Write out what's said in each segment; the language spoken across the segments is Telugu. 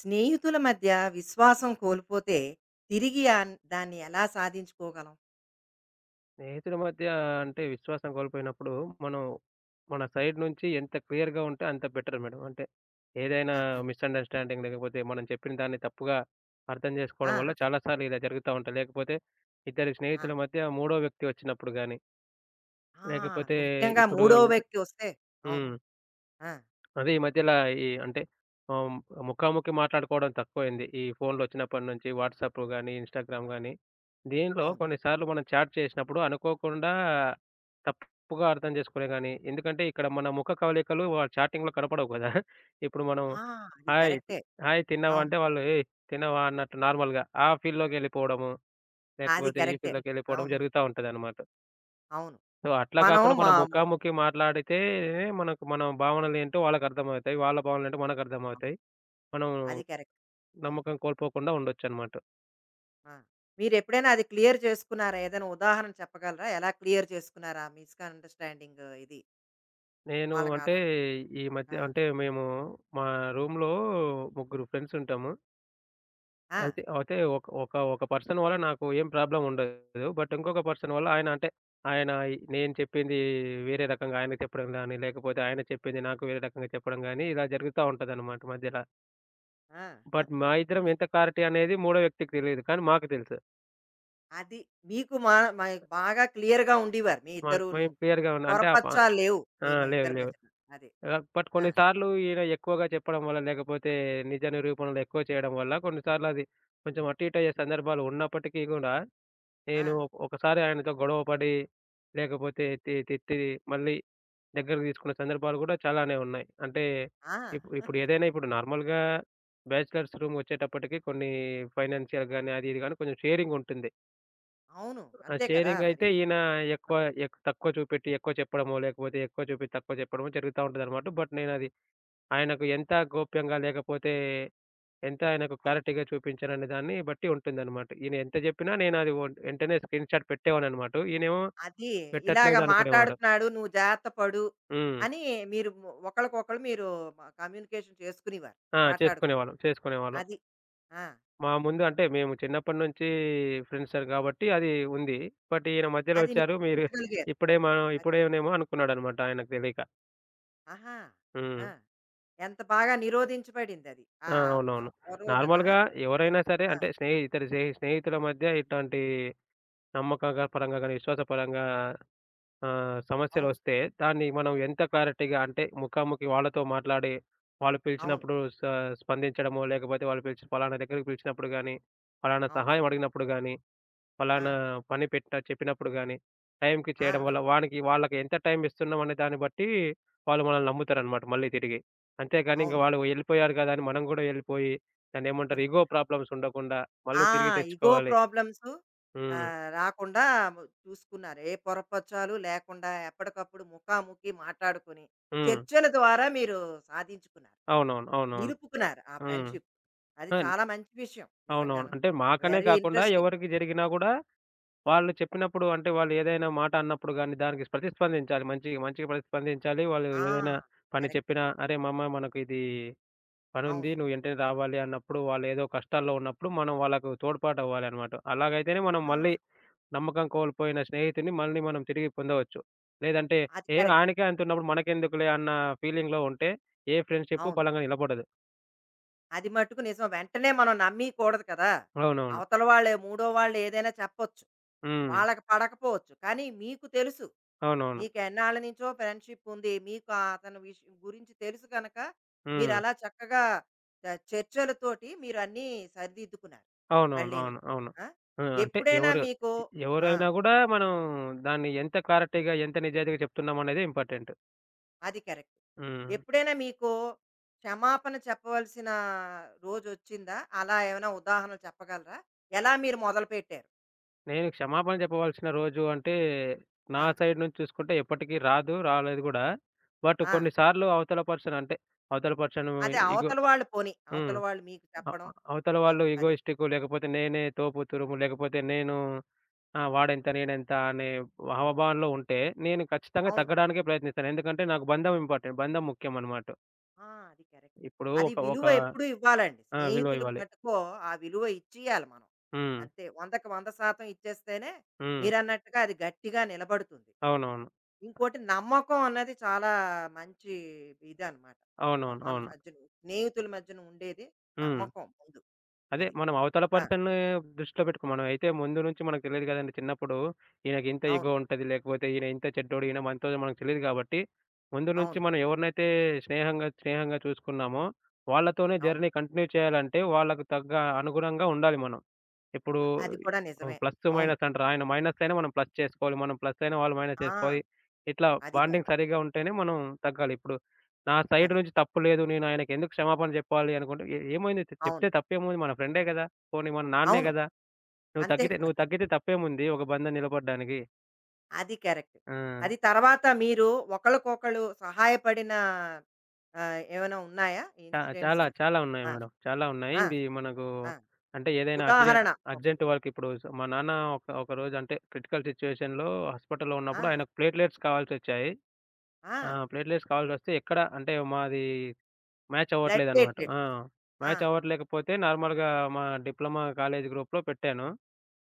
స్నేహితుల మధ్య విశ్వాసం కోల్పోతే తిరిగి దాన్ని ఎలా సాధించుకోగలం? స్నేహితుల మధ్య అంటే విశ్వాసం కోల్పోయినప్పుడు మనం మన సైడ్ నుంచి ఎంత క్లియర్‌గా ఉంటే అంత బెటర్ మేడం. అంటే ఏదైనా ఆ, మిస్‌అండర్‌స్టాండింగ్ లేకపోతే మనం చెప్పిన దాన్ని తప్పుగా అర్థం ఆ, చేసుకోవడం వల్ల చాలా సార్లు ఇలా జరుగుతా ఉంటాయి. లేకపోతే ఇద్దరు ఆ, స్నేహితుల మధ్య మూడో వ్యక్తి వచ్చినప్పుడు గాని, ఆ, లేకపోతే ఖచ్చితంగా ముఖ్యంగా ఇప్పుడు మూడో మూడో వ్యక్తి వ్యక్తి. వస్తే అవును. హ్మ్. ఆ, అదే ఈ మధ్యలా ఈ అంటే ఆహ్, ముఖాముఖి మాట్లాడుకోవడం తక్కువైంది. ఈ ఫోన్‌లొచ్చినప్పటి నుంచి వాట్సాప్ గాని, ఇన్‌స్టాగ్రామ్ గాని, దీనిలో అవును. కొన్నిసార్లు మనం చాట్ చేసినప్పుడు అనుకోకుండా తప్పుగా అర్థం చేసుకునే గాని, ఎందుకంటే ఇక్కడ మన ముఖ కవళికలు వాళ్ళ చాటింగ్‌లో కనపడవు కదా! ఇప్పుడు మనం ఆ, అది హాయ్, తి- కరెక్టే. హాయ్ తిన్నావా? అవును. అంటే వాళ్ళు ఏయ్! తిన్నావా? అన్నట్టు నార్మల్‌గా ఆ ఫీల్‌లోకెళ్ళిపోవడము, అది లేకపోతే ఈ కరెక్టే. ఫీల్‌లోకెళ్ళిపోవడం అవును. జరుగుతా ఉంటదనమాట. అవును. సో, అట్లా మనం కాకుండా మనం ముఖాముఖి మాట్లాడితే మనకు మన భావనలేంటో వాళ్ళకర్థమవుతాయి. వాళ్ళ భావనలేంటో మనకర్థమవుతాయి. మనం అది కరెక్ట్. అవును. నమ్మకం కోల్పోకుండా ఉండొచ్చనమాట. ఆ. మీరు ఎప్పుడైనా అది క్లియర్ చేసుకున్నారా? ఏదైనా ఉదాహరణ చెప్పగలరా? ఎలా క్లియర్ చేసుకున్నారా మిస్అండర్స్టాండింగ్ ఇది నేను వాళ్ళకి? అంటే ఈ ఆ, మధ్య అంటే మేము మా రూమ్‌లో ముగ్గురు ఫ్రెండ్స్ ఉంటాము. ఆ, అయితే అయితే ఒక ఒక ఒక పర్సన్ వల్ల నాకు ఏం ప్రాబ్లమ్ ఉండదు. బట్ ఇంకొక పర్సన్ వల్ల ఆయన అంటే ఆయన ఈ- నేను చెప్పింది వేరే రకంగా ఆయనకి చెప్పడం గాని, లేకపోతే ఆయన చెప్పింది నాకు వేరే రకంగా చెప్పడం గాని ఇలా జరుగుతా ఉంటదనమాట మధ్యల. ఆ. బట్ మా ఇద్దరం ఎంత క్లారిటీ అనేది మూడో వ్యక్తికి తెలీదు. కానీ మాకు తెలుసు. అది. మీకు మా మ బాగా క్లియర్‌గా ఉండేవారు మీ మాకు ఇద్దరూను. మేము క్లియర్‌గా ఉన్న అంటే పొరపచ్చాలు లేవు ఆ! మీ లేవు. ఇద్దరి లేవు. మధ్యన. అది. బట్ ఆ! కొన్ని సార్లు ఈయన ఎక్కువగా చెప్పడం వల్ల, లేకపోతే నిజ నిరూపణలు ఎక్కువ చేయడం వల్ల కొన్నిసార్లు అది కొంచెం అటు ఇటు అయ్యే సందర్భాలు ఉన్నప్పటికీ గూడా, ఆ! నేను ఒకసారి ఆయనతో గొడవ పడి, లేకపోతే తిట్టి మళ్ళీ దగ్గరికి తీసుకున్న సందర్భాలు గూడా చాలానే ఉన్నాయి. అంటే ఆ! ఇప్పుడు ఇప్పుడు ఏదైనా ఇప్పుడు అది. నార్మల్‌గా బ్యాచిలర్స్ రూమ్ వచ్చేటప్పటికి కొన్ని ఫైనాన్షియల్‌గాని అది ఇది గాని కొంచెం షేరింగ్ ఉంటుంది. అవును. ఆ! అంతే కదా! మరి. షేరింగయితే ఈయన ఎక్కువ ఎక్ తక్కువ చూపెట్టి ఎక్కువ చెప్పడమో, లేకపోతే ఎక్కువ చూపెట్టి తక్కువ చెప్పడమో జరుగుతా ఉంటదనమాట. బట్ నేనది ఆయనకు ఎంత గోప్యంగా లేకపోతే, ఎంత ఆయనకు అవును. క్లారిటీగా చూపించాననే దాన్ని బట్టి ఉంటుందనమాట. ఈయన ఎంత జెప్పినా నేనది ఒన్ వెంటనే స్క్రీన్ షాట్ పెట్టేవాడిననమాట. ఈయనేమో అది పెట్టట్లేదు ఇలాగ పెట్టేవారా? అనుకునేవాడు. మాట్లాడుతున్నాడు, నువ్వు జాగ్రత్త పడు హ్మ్. అని మీరు ఒకళ్ళకొకళ్ళు మీరు కమ్యూనికేషన్ చేసుకునేవారు. ఆ! మాట్లాడుకుని. చేసుకునేవాళ్ళం. చేసుకునేవాళ్ళం. అది. ఆ! మా ముందు అంటే మేము చిన్నప్పటి నుంచి ఫ్రెండ్సే గాబట్టి అది ఉంది. బట్ ఈయన మధ్యలో ఓకే. అది ఒచ్చారు మీరు నిరోధించగలిగారు. ఇప్పుడే మనం అది. ఇప్పుడేనేమో అనుకున్నాడనమాట ఆయనకు తెలీక. ఆహా! ఆ! హ్మ్. ఎంత బాగా నిరోధించబడిందది. ఆ! ఆ! వ అవునవును. అవరోధన. నార్మల్‌గా ఎవరైనా సరే ఆ! అంటే ఇద్దరు స్నేహితుల మధ్య ఇట్లాంటి నమ్మకంగా పరంగా గాని, విశ్వాస పరంగా అవును. సమస్యలొస్తే దాన్ని మనం ఎంత క్లారిటీగా అంటే ముఖాముఖి వాళ్ళతో మాట్లాడి, వాళ్ళు అవును. పిలిచినప్పుడు స్పందించడమో, లేకపోతే వాళ్ళు పిలిచి పలానా దగ్గరికి పిలిచినప్పుడు గాని, పలానా అవును. సహాయం అడిగినప్పుడు గాని ఆ! పలానా పని పెట్టిన చెప్పినప్పుడు గాని, టైంకి ఆ! చేయడం వల్ల వానికి వాళ్ళకి ఎంత టైం ఇస్తున్నాం అనే దాన్ని బట్టి వాళ్ళు మనల్ని నమ్ముతారనమాట మళ్ళీ తిరిగి. అంతేగాని ఇంక అవును. వాళ్ళు వెళ్ళిపోయారు కదా! అని మనం గూడా వెళ్ళిపోయి దాన్నేమంటారు ఇగో ప్రాబ్లమ్స్ ఉండకుండా మళ్ళీ ఆ! తిరిగి ఇగో తెచ్చుకోవాలి. ప్రాబ్లమ్స్ హ్మ్. ఆహ్, రాకుండా చూసుకున్నారు. ఏ పొరపచాలు లేకుండా ఎప్పటికప్పుడు ముఖాముఖి మాట్లాడుకుని, హ్మ్. చర్చల ద్వారా మీరు సాధించుకున్నారు. అవునవును. అవునవును. నిలుపుకున్నారు ఆ హ్మ్. ఫ్రెండ్‌షిప్. అది అన్ చాలా మంచి విషయం అవునవును. నిజంగాను. అంటే మాకనే వెరీ కాకుండా ఇంట్రెస్టింగ్. ఎవరికి జరిగినా గూడా వాళ్ళు చెప్పినప్పుడు అంటే వాళ్ళు ఏదైనా మాట అన్నప్పుడు గాని దానికి ప్రతిస్పందించాలి. మంచిగా మంచిగా ప్రతిస్పందించాలి. వాళ్ళు ఆ! ఏదైనా పని కరెక్ట్. చెప్పినా అరే! మామ మనకు ఇది అవును. పనుంది. నువ్వు వెంటనే రావాలి అన్నప్పుడు, వాళ్ళు ఏదో కష్టాల్లో ఉన్నప్పుడు మనం వాళ్ళకు తోడ్పాటవ్వాలనమాట. అలాగైతేనే మనం ఆ! మళ్ళీ నమ్మకం కోల్పోయిన స్నేహితుడిని మళ్ళీ మనం తిరిగి పొందవచ్చు. లేదంటే, అది ఏ కరెక్ట్. ఆయనకే అంతున్నప్పుడు మనకెందుకులే అన్న ఫీలింగ్‌లో ఉంటే, ఏ ఫ్రెండ్‌షిప్పు అవును. బలంగా నిలబడదు. అది మట్టుకు నిజం. వెంటనే మనం నమ్మీయకూడదు కదా! అవునవును. అవతల వాళ్ళే మూడో వాళ్ళు ఏదైనా చెప్పొచ్చు. హ్మ్. వాళ్ళకి పడకపోవచ్చు. కానీ మీకు తెలుసు. అవునవును. మీకు ఎన్నాళ్ళ నుంచో ఫ్రెండ్‌షిప్ ఉంది. మీకు ఆ అతని విష్ గురించి తెలుసు గనక మీరు హ్మ్. అలా చక్కగా ఆహ్, చర్చలతోటి మీరు అన్నీ సరిదిద్దుకున్నారు అవునవును. మళ్ళీను. అవును. అవును. ఆ! ఆ! అంటే ఎప్పుడైనా మీకు ఆ! ఎవరైనా గూడా మనం దాన్ని ఎంత క్లారిటీగా, ఎంత నిజాయితీగా చెప్తున్నామనేదే ఇంపార్టెంట్. అది కరెక్ట్. హ్మ్. ఎప్పుడైనా మీకు క్షమాపణ చెప్పవలసిన రోజొచ్చిందా? అలా ఏమైనా ఉదాహరణలు చెప్పగలరా? ఎలా మీరు మొదలుపెట్టారు? నేను క్షమాపణ చెప్పవలసిన రోజు అంటే, నా ఆ! సైడ్ నుంచి చూసుకుంటే ఎప్పటికి రాదు. రాలేదు గూడా. బట్ ఆ! కొన్నిసార్లు అవతల పర్సన్ అదే ఇగో, అవతల వాళ్ళు పోనీ, హ్మ్. అవతల వాళ్ళు మీకు అ చెప్పడం. అ అవతల మీరు వాళ్ళు అది. ఇగోయిస్టికు లేకపోతే నేనే తోపు తురుము లేకపోతే నేను వాడెంత నేనెంత అనే హావభావంలో ఉంటే, నేను ఖచ్చితంగా అవును. తగ్గడానికే ప్రయత్నిస్తాను. ఎందుకంటే నాకు బంధం ఇంపార్టెంట్. బంధం ముఖ్యం అన్నమాట. ఆ! అది కరెక్ట్. ఇప్పుడు అది ఒక ఒక విలువ విలువ. ఎప్పుడూ ఇవ్వాలండి. ఆ! విలువ ముఖ్యం. స్నేహితులకు ఇవ్వాలి. మటుకు ఆ విలువ ఇచ్చియాలి మనం. హ్మ్. అంతే 100కి 100% ఇచ్చేస్తేనే హ్మ్. మీరన్నట్టుగా అది గట్టిగా నిలబడుతుంది. అవునవును. ఇంకోటి నమ్మకం అన్నది చాలా మంచి ఇదనమాట. అవునవును. మన అవును. మధ్యన స్నేహితుల మధ్యన ఉండేది హ్మ్. నమ్మకం ముందు. అదే అది. మనం అవతల ఆ! పర్సన్‌ని దృష్టిలో పెట్టుకోం. మనం అయితే ముందు నుంచి మనకు తెలీదు గదండీ చిన్నప్పుడు. ఈయనకి ఇంత అవును. ఇగో ఉంటది, లేకపోతే ఈయన ఇంత చెడ్డోడు, ఈయన మంచోడు మనకు తెలీదు గాబట్టి, ముందు నుంచి అవును. మనం ఎవరినైతే స్నేహంగా, స్నేహంగా చూసుకున్నామో వాళ్ళతోనే అవును. జర్నీ కంటిన్యూ చేయాలంటే వాళ్ళకి తగ్గ అనుగుణంగా ఉండాలి మనం. ఇప్పుడు అది కూడా నిజమే. ప్లస్సు, అవును. మైనస్ అంటారు. ఆయన మైనస్ అయినా మనం ప్లస్ చేసుకోవాలి. మనం ప్లస్ అయినా వాళ్ళు మైనస్ ఆ! చేసుకోవాలి. ఇట్లా అది బాండింగ్ కరెక్ట్. సరిగ్గా ఉంటేనే మనం తగ్గాలి. ఇప్పుడు నా సైడ్ అది. నుంచి తప్పు లేదు. నేను ఆయనకెందుకు క్షమాపణ చెప్పాలి అనుకుంటే, "ఏమైంది చె అవును. చెప్తే తప్పేముంది మన ఫ్రెండే గదా! పోనీ మన నాన్నే అవును. గదా! నువ్వు అంతే తగ్గితే కదా! నువ్వు తగ్గితే తప్పేముంది ఒక బంధం నిలబడ్డానికి." అది కరెక్ట్. ఆ! అది తర్వాత మీరు ఒకళ్ళకొకళ్ళు సహాయపడిన ఆహ్, ఏమైనా ఉన్నాయా ఇన్సిడెంట్స్? చాలా చాలా ఉన్నాయి ఆ! మేడం. చాలా ఉన్నాయి. ఆ! ఇది మనకు ఆ! అంటే ఏదైనా ఉదాహరణ ఒకటి. అర్జెంట్ వర్క్ ఇప్పుడు మా నాన్న ఒకరోజు అంటే క్రిటికల్ సిట్యుయేషన్‌లో హాస్పిటల్‌లో ఆ! ఉన్నప్పుడు ఆయనకు ప్లేట్లెట్స్ కావాల్సొచ్చాయి. ఆ! ఆ! ప్లేట్‌లెస్ కావాల్సొస్తే ఎక్కడ అంటే మాది మ్యాచ్ బ్లడ్ అవ్వట్లేదనమాట. మ్యాచవ్వట్లేదు. ప్లేట్‌లెట్స్. ఆ! ఆ! మ్యాచ్ అవ్వట్లేకపోతే నార్మల్‌గా మా డిప్లొమా కాలేజీ గ్రూప్‌లో పెట్టాను.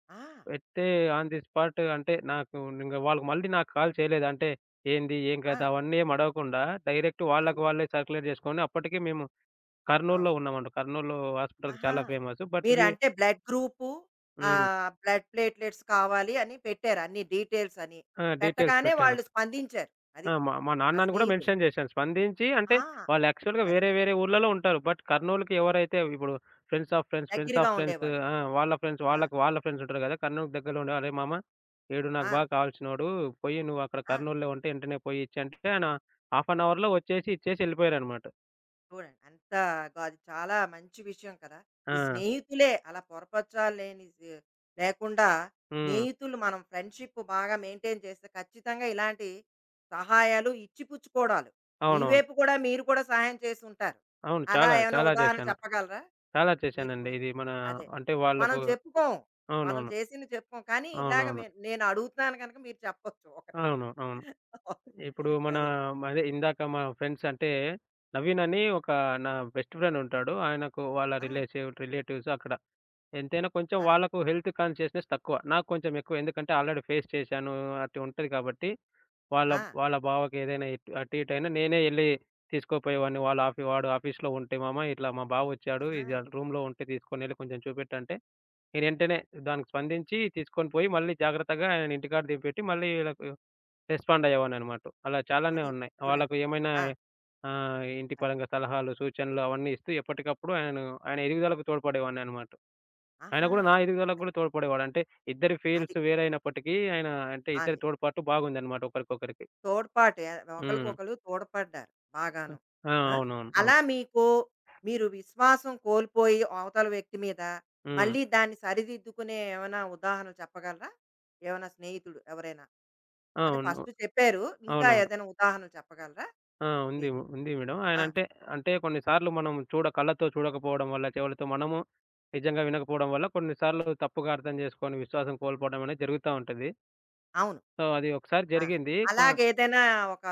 ఆ! పెడితే ఆన్ ది స్పాట్ అంటే నాకు ఇంగ వాళ్ళు మళ్ళీ నాకు కాల్ చేయలేదు. అంటే ఏంది? ఏం ఆ! కథ? అవన్నీ ఏం అడగకుండా డైరెక్ట్ అది. వాళ్ళకి వాళ్ళే సర్క్యులేట్ చేసుకొని అప్పటికి మేము కర్నూలులో అవును. ఉన్నామంట. కర్నూలు హాస్పిటల్ ఆహా! చాలా ఫేమస్. బట్ వి ఇలా మీరంటే బ్లడ్ గ్రూపు, హ్మ్. ఆహ్, బ్లడ్ ప్లేట్‌లెట్స్ కావాలి అని పెట్టారు అన్ని డీటెయిల్స్ అని. ఆ! డీటెయిల్స్ పెట్టగానే పెట్టాను. వాళ్ళు స్పందించారు. అది. ఆ! మా మా ఆ నాన్నని గూడా స్నేహితులు. మెన్షన్ జేశాను. స్పందించి అంటే ఆ! వాళ్ళు యాక్చువల్‌గా అది. వేరే వేరే ఊర్లలో ఉంటారు. బట్ కర్నూలుకి ఎవరైతే ఇప్పుడు friends of friends, friends of దగ్గరగా ఓకే. ఫ్రెండ్స్ ఉండేవాళ్ళు. ఆ! వాళ్ళ ఫ్రెండ్స్ ఆ! వాళ్ళకి వాళ్ళ ఫ్రెండ్స్ ఉంటారు గదా! కర్నూలుకి దగ్గరలో ఉండే "అరే మామ ఈడు నాకు ఆ! బాగా కావాల్సినోడు. పొయ్యి నువ్వు అక్కడ ఆ! కర్నూలులో ఉంటే ఎంటనే పోయి ఇచ్చెయి" అంటే ఆయన హాఫ్ అన్ అవర్‌లో వచ్చేసి ఇచ్చేసి ఎళ్ళిపోయారనమాట. చూడండి అంత అది చాలా మంచి విషయం కదా. ఆ! ఈ స్నేహితులే అలా పొరపచ్చాలు లేని లేకుండా హ్మ్. స్నేహితులు మనం ఫ్రెండ్షిప్ బాగా మెయింటైన్ చేస్తే ఖచ్చితంగా ఇలాంటి సహాయాలు ఇచ్చిపుచ్చుకోవడాలు. మీ అవునవును. వైపు కూడా మీరు కూడా సహాయం చేసి ఉంటారు. అవును. అలా చాలా ఏమైనా చాలా ఉదాహరణ జేశాను. చెప్పగలరా చాలా మీరు చేశానండి. కూడా? ఇది మన అదే అంటే మనం వాళ్ళకు చెప్పుకోం. మనం అవునవును. చేసిన చెప్పుకోం కానీ ఇలాగ అవునవును. నేను అడుగుతున్నాను కనుక మీరు చెప్పొచ్చు ఒకటి. అవును. అవును. ఇప్పుడు మన అదే అదే ఇందాక మా ఫ్రెండ్స్ అంటే, నవీన్ అని ఒక నా బెస్ట్ ఫ్రెండ్ ఉంటాడు. ఆయనకు వాళ్ళ ఆ, రిలేటివ్స్ అక్కడ. ఎంతైనా కొంచెం ఆ, వాళ్ళకు హెల్త్ కాన్షియస్‌నెస్ తక్కువ. నాకు కొంచెం ఎక్కువ. ఎందుకంటే ఆల్రెడీ ఫేస్ చేశాను. అటు ఉంటది కాబట్టి, వాళ్ళ ఆ, వాళ్ళ బావకి ఏదైనా ఇటు అటు ఇటు అయినా నేనే ఎళ్లి తీసుకోపోయేవాడిని. వాళ్ళ వాడు ఆఫీస్‌లో ఉంటే మామ ఇట్లా మా బావ వచ్చాడు. ఆహా. ఇది రూమ్‌లో ఉంటే తీసుకొనెళ్ళి కొంచెం చూపెట్టంటే, నేను వెంటనే దానికి స్పందించి తీసుకొని పోయి మళ్ళీ జాగ్రత్తగా ఆయన ఇంటికాడ దింపెట్టి మళ్ళీ వీళ్ళకి రెస్పాండ్ అయ్యేవాడిననమాట. అలా చాలానే అది ఉన్నాయి. చూడండి. వాళ్ళకు ఏమైనా ఆ! ఇంటి అది. పరంగా సలహాలు, సూచనలు అవన్నీ ఇస్తూ ఎప్పటికప్పుడు ఆయనను ఆయన ఎదుగుదలకు తోడ్పడేవాడిననమాట. ఆయన ఆహా! కూడా నా ఎదుగుదలకు కూడా తోడ్పడేవాడు. అంటే ఇద్దరి అది. ఫీల్డ్స్ వేరైనప్పటికీ ఆయన అంటే అది. ఇద్దరి తోడ్పాటు బాగుందనమాట ఒకరికొకరికి. తోడ్పాటు హ్మ్. ఒకళ్ళకొకళ్ళు తోడ్పడ్డారు బాగాను. ఆ! ఆ! అవునవును. అలా అవును. మీకు మీరు విశ్వాసం కోల్పోయి అవతల వ్యక్తి మీద హ్మ్. మళ్ళీ దాన్ని సరిదిద్దుకునే ఏమైనా ఉదాహరణలు చెప్పగలరా? ఏమైనా స్నేహితుడు ఎవరైనా? ఆ! అంటే అవును. ఫస్ట్ చెప్పారు. ఇంకా అవునవును. ఏదైనా ఉదాహరణలు చెప్పగలరా? ఆ! ఉంది. మీకు? ఉంది మేడం. ఆ! ఆయనంటే అంటే అంటే కొన్ని సార్లు మనం కళ్ళతో చూడకపోవడం వల్ల, చెవులతో మనము నిజంగా వినకపోవడం వల్ల కొన్నిసార్లు తప్పుగా అర్థం చేసుకొని విశ్వాసం కోల్పోవడం అనేది జరుగుతా ఉంటది. అవును. సో, అది ఒకసారి ఆ! జరిగింది. ఆ! అలాగేదైనా ఒక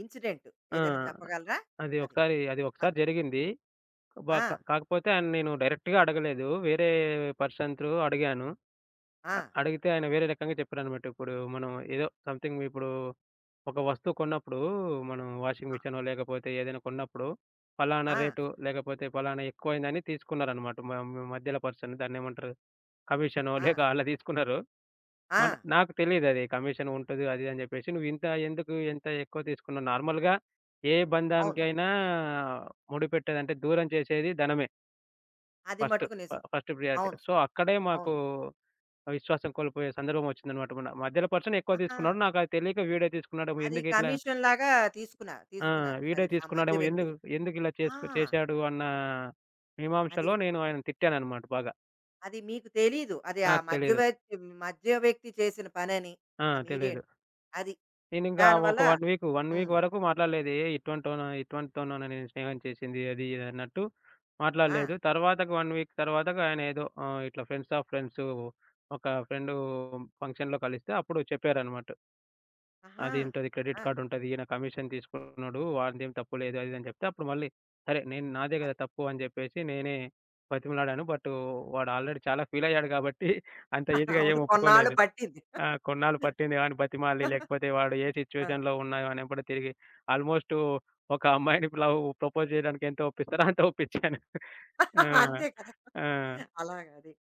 ఇన్సిడెంట్ ఆ! ఏదైనా ఆ! చెప్పగలరా? అది అది. ఒకసారి అది ఆ! ఒకసారి జరిగింది. బ ఆ! కా కాకపోతే ఆయన నేను డైరెక్ట్‌గా అడగలేదు. వేరే పర్సన్ త్రూ అడిగాను. ఆ! అడిగితే ఆయన వేరే రకంగా చెప్పారనమాట. ఇప్పుడు మనం ఏదో సంథింగ్ ఇప్పుడు ఒక వస్తువు కొన్నప్పుడు మనం వాషింగ్ ఆ! మిషనో లేకపోతే ఏదైనా కొన్నప్పుడు పలానా ఆ! రేటు లేకపోతే పలానా ఎక్కువైందని తీసుకున్నారనమాట. మ మ మధ్యలో పర్సన్ దాన్నేమంటారు కమిషనో ఆ! లేక అలా తీసుకున్నారు. ఆ! నాకు తెలీదది. కమిషన్ ఉంటది అది అని జెప్పేసి. నువ్వింత ఎందుకు ఇంత ఎక్కువ తీసుకున్నావు? నార్మల్‌గా ఏ అవును. బంధానికైనా ముడిపెట్టేదంటే దూరం చేసేది ధనమే అది ఫస్ట్. మట్టుకు నిజం. First priority. అవును. సో, అక్కడే అవును. మాకు విశ్వాసం కోల్పోయే సందర్భం వచ్చిందనమాట. మన మధ్యలో పర్సన్ ఎక్కువ ఆహా! తీసుకున్నాడు. నాకది తెలియక వీడే తీసుకున్నాడేమో అది ఎందుకిట్లా హ్మ్. కమిషన్‌లాగా తీసుకున్నారు. ఆ! తీసుకున్నారు. వీడే అది ఆ మధ్య తీసుకున్నాడేమో వ్యక్తి. ఎందుకిలా ఆ! చేశాడు అన్న అది. మీమాంసలో నేను ఆయనను తిట్టాననమాట బాగా. అది మీకు తెలీదు. అది ఆ నాకు మధ్య తెలీదు. వ్యక్తి మధ్య వ్యక్తి చేసిన పనని. ఆ! ఆ మీడియేట్. తెలీదు. అది. నేనింకా దానివల్ల 1 వీక్, 1 వీక్ హ్మ్. వరకు మాట్లాడలేదు. ఏ ఇటువంటితోనా నేను స్నేహం చేసింది అది ఇది అన్నట్టు ఆ! మాట్లాడలేదు. తర్వాతకి 1 వీక్ తర్వాతకి ఆయన ఏదో ఇట్లా ఫ్రెండ్స్ ఆఫ్ ఫ్రెండ్స్ ఒక ఫ్రెండు ఫంక్షన్‌లో కలిస్తే అప్పుడు చెప్పారనమాట. ఆహా! అది ఉంటది క్రెడిట్ ఆ! కార్డ్ ఉంటది. ఈయన కమిషన్ తీసుకున్నాడు. వానిదేం తప్పు లేదు అది ఇది అని చెప్తే అప్పుడు మళ్ళీ సరే నేను నాదే కదా అది. తప్పు అని చెప్పేసి నేనే బతిమలాడాను. బట్ వాడు ఆల్రెడీ చాలా ఫీల్ అయ్యాడు కాబట్టి అంత ఈజీగా ఏం అవును. కొన్నాళ్ళు ఒప్పుకోలేదు. పట్టింది. ఆ! కొన్నాళ్ళు పట్టింది వాడిని బతిమాలి, లేకపోతే వాడు ఏ ఆ! సిట్యుయేషన్‌లో ఉన్నా వాని వెంబడి తిరిగి ఆల్మోస్ట్ ఒక అమ్మాయిని లవ్ ప్రపోజ్ చేయడానికి ఎంత ఒప్పిస్తారో అంత ఒప్పించాను. ఆ! అంతే కదా! ఆహా! ఆ! అలాగ అది.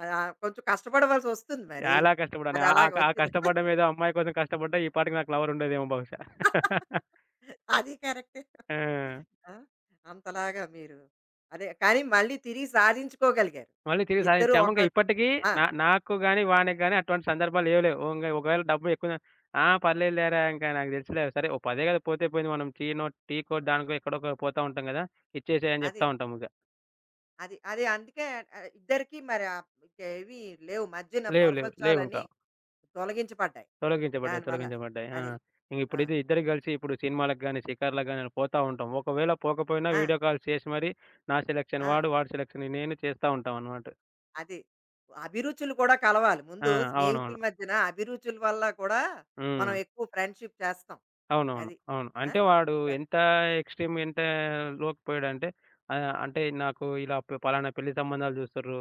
ఆహ్, కొంచెం కష్టపడవలసొస్తుంది మరి. చాలా కష్టపడ్డాను. అది ఆ ఆ అలాగ ఆ వచ్చింది. కష్టపడడం ఏదో అమ్మాయి కోసం కష్టపడ్డా ఈ పాటికి నాకు లవర్ ఉండేదేమో బహుశా. అది కరెక్టే. ఆ! ఆ! అంతలాగా మీరు అదే కానీ మళ్ళీ తిరిగి సాధించుకోగలిగారు. మళ్ళీ తిరిగి ఇద్దరు సాధించాము. ఒక ఇంక ఇప్పటికి ఆ! నాకు గాని, వానికి గాని అటువంటి సందర్భాలు ఏవి లేవు. ఇంగ ఒకవేళ డబ్బు ఎక్కువ ఆ! పర్లేదు లేరా ఇంకా నాకు తెలుసులే సరే ఓ పదే కదా పోతే పోయింది మనం టీనో టీకో దానికో ఎక్కడో ఒక పోతా ఉంటాం కదా! ఇచ్చేసేయ్ అని అది. చెప్తా ఉంటాం ఇక. అది. అది అందుకే ఆహ్, ఇద్దరికీ మరి ఆహ్, ఇవి లేవు మధ్యన లేవు. లేవు. పొరపచ్చాలన్నీ లేవింకా. తొలగించబడ్డాయి. తొలగించబడ్డాయి. దానివల్ల. తొలగించబడ్డాయి. ఆ! అది. ఆ! ఇంగిప్పుడైతే ఇద్దరు కలిసి ఇప్పుడు సినిమాలకు గాని, షికార్లకు గాని పోతా ఉంటాం. ఒకవేళ పోకపోయినా ఆ! వీడియో కాల్స్ చేసి మరి నా సెలక్షన్ ఆ! వాడు, వాడి సెలక్షన్ నేను చేస్తా ఉంటామనమాట. అది. అభిరుచులు కూడా కలవాలి. ఆ! ముందు స్నేహితుల అవునవును. మధ్యన అభిరుచుల వల్ల కూడా హ్మ్. మనం ఎక్కువ ఫ్రెండ్‌షిప్ చేస్తాం. ఆ! అవునవును. అది. అవును. ఆ! అంటే వాడు ద ఎంత లోకి పోయాడంటే అంటే నాకు ఇలా పలానా పెళ్లి సంబంధాలు చూస్తుర్రు.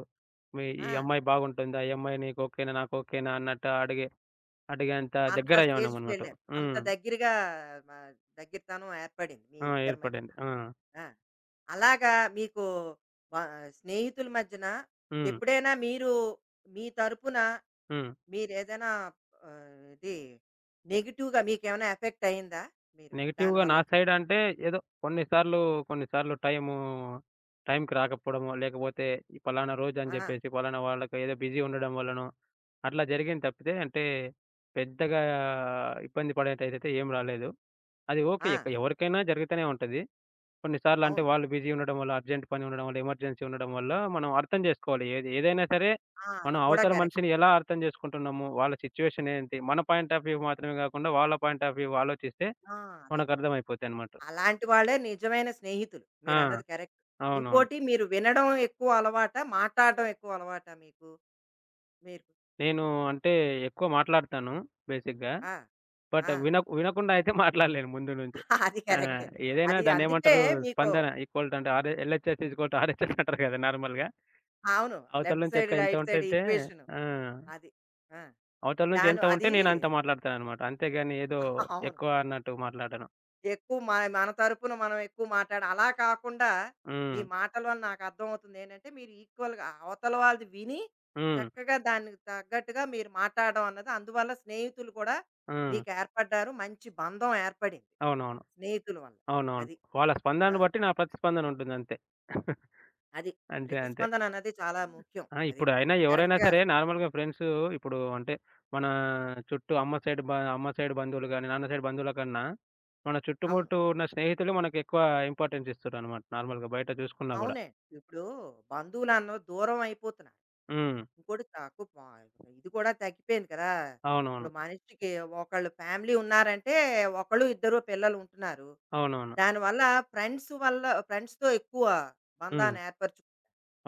మీ ఈ ఆ! అమ్మాయి బాగుంటుందా? ఈ అమ్మాయి నీకు ఓకేనా? నాకు ఓకేనా? అన్నట్టు అడిగేంత అంత స్టేజ్‌కి దగ్గరయ్యామనమాట. వెళ్లారు. అంత హ్మ్. దగ్గరగా మ దగ్గిరతనం ఏర్పడింది మీ ఆ! ఇద్దరి మధ్యన. ఏర్పడింది. ఆ! ఆ! అలాగా మీకు వ స్నేహితుల మధ్యన హ్మ్. ఎప్పుడైనా మీరు మీ తరపున హ్మ్. మీరేదైనా ఆహ్, ఇది నెగెటివ్‌గా మీకేమైనా ఎఫెక్ట్ అయిందా? మీరు నెగెటివ్‌గా దానివల్ల? నా సైడ్ అంటే ఏదో కొన్నిసార్లు, కొన్నిసార్లు టైము, టైంకి రాకపోవడమో, లేకపోతే ఈ పలానా రోజని ఆ! జెప్పేసి, పలానా వాళ్ళకి ఏదో బిజీ ఉండడం వల్లనో, అట్లా జరిగింది తప్పితే అంటే పెద్దగా ఇబ్బంది పడేటైతే ఏం రాలేదు. అది ఓకే. ఆ! ఎవరికైనా జరుగుతూనే ఉంటది. కొన్నిసార్లు అంటే అవును. వాళ్ళు బిజీ ఉండడం వల్ల, అర్జెంట్ పని ఉండడం వల్ల, ఎమర్జెన్సీ ఉండడం వల్ల మనం అర్థం జేసుకోవాలి. ఏది ఏదైనా సరే ఆ! అది మనం కూడా అవతల కరెక్టే. మనిషిని ఎలా అర్థం జేసుకుంటున్నాము, వాళ్ళ సిట్యుయేషన్ ఏంటి, మన పాయింట్ ఆఫ్ వ్యూ మాత్రమే గాకుండా వాళ్ళ పాయింట్ ఆఫ్ వ్యూ ఆలోచిస్తే ఆ! అదే. మనకర్థమైపోతాయనమాట. అలాంటి వాళ్ళే నిజమైన స్నేహితులు. ఆ! మీరన్నది కరెక్ట్. అవునవును. ఇంకోటి మీరు వినడం ఎక్కువ అలవాటా? మాట్లాడడం ఎక్కువ అలవాటా మీకు? మీరు నేను అంటే ఎక్కువ మాట్లాడతాను బేసిక్‌గా. ఆ! బట్ ఆ! వినకుండా అయితే మాట్లాడలేను ముందు నుంచి. అది ఆ! కరెక్టే. ఏదైనా అది అందుకే దాన్నేమంటారు మీకు స్పందన ఈక్వల్ టు అంటే LHS is equal to RHS అంటారు కదా! నార్మల్‌గా. అవును. అవతల లెఫ్ట్ నుంచి సైడ్, ఎంత రైట్ సైడ్ ఉంటైతే ఈక్వేషను ఆ! అది. ఆ! అవతల నుంచి దాని ఎంత ఉంటే అది నేను అంత మాట్లాడతాననమాట. అంతేగాని ఏదో అవును. ఎక్కువ అన్నట్టు మాట్లాడను. ఎక్కువ మన తరపున మనం ఎక్కువ మాట్లాడ అలా కాకుండా మీ హ్మ్. మాటల వల్ల నాకు అర్థమవుతుంది ఏంటంటే, మీరు ఈక్వల్‌గా అవతల వాళ్ళది విని, హ్మ్. చక్కగా దానికి తగ్గట్టుగా మీరు మాట్లాడడం అన్నది అందువల్ల స్నేహితులు కూడా హ్మ్. మీకు ఏర్పడ్డారు. మంచి బంధం ఏర్పడింది. అవునవును. స్నేహితుల వల్ల. అవునవును. అది. వాళ్ళ ఆ! స్పందనను బట్టి నా ప్రతిస్పందన ఉంటుందంతే. అంతే. అది. అంతే. అంతే. ప్రతిస్పందన అన్నది చాలా ముఖ్యం. ఆ! అది. ఇప్పుడు అయినా ఎవరైనా కరెక్ట్‌గా సరే నార్మల్‌గా ఫ్రెండ్సు ఇప్పుడు అంటే మన చుట్టూ అమ్మ సైడ్ బంధువులు గాని, నాన్న సైడ్ బంధువుల కన్నా మన అవును. చుట్టుముట్టూ ఉన్న స్నేహితులు మనకెక్కువ ఇంపార్టెన్స్ ఇస్తారనమాట నార్మల్‌గా బయట చూసుకున్నా గూడా. అవునే. ఇప్పుడు బంధువులన్నో దూరం అయిపోతున్నారు. హ్మ్. ఇంకోటి తక్కువ ఇది కూడా తగ్గిపోయింది కదా! ఇప్పుడు అవునవును. మనిషికి ఒకళ్ళు ఫ్యామిలీ ఉన్నారంటే ఒకళ్ళు, ఇద్దరు పిల్లలు ఉంటున్నారు. అవునవును. దానివల్ల ఫ్రెండ్స్ వల్ల ఫ్రెండ్స్‌తో ఎక్కువ హ్మ్. బంధాన్ని ఏర్పరచుకు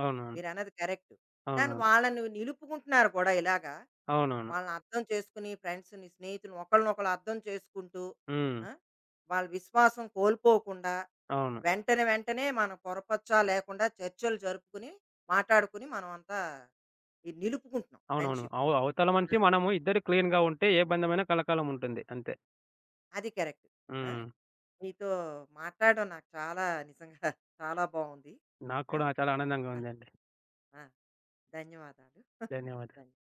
అవునవును. మీరన్నది కరెక్ట్. దాన్ని అవునవును. వాళ్ళని నిలుపుకుంటున్నారు కూడా ఇలాగా. అవునవును. వాళ్ళని అర్థం చేసుకుని ఫ్రెండ్స్‌ని, స్నేహితులను ఒకళ్ళనొకళ్ళు అర్థం చేసుకుంటూ హ్మ్. ఆ! వాళ్ళ విశ్వాసం కోల్పోకుండా అవును. వెంటనే వెంటనే మనం పొరపచ్చా లేకుండా చర్చలు జరుపుకుని, మాటాడుకుని మనం అంతా ఇది నిలుపుకుంటున్నాం అవునవును. ఫ్రెండ్‌షిప్. అవతల మనిషి, ఆ! మనము ఇద్దరు క్లీన్‌గా ఉంటే ఏ బంధమైనా కలకాలం ఉంటుంది. అంతే. అది కరెక్ట్. ఆ! హ్మ్. నీతో మాట్లాడడం నాకు చాలా నిజంగా చాలా బావుంది. నాకు ఆ! కూడా చాలా ఆనందంగా ఆ! ఉందండి. ఆ! ధన్యవాదాలు. ధన్యవాదాలు. ధన్య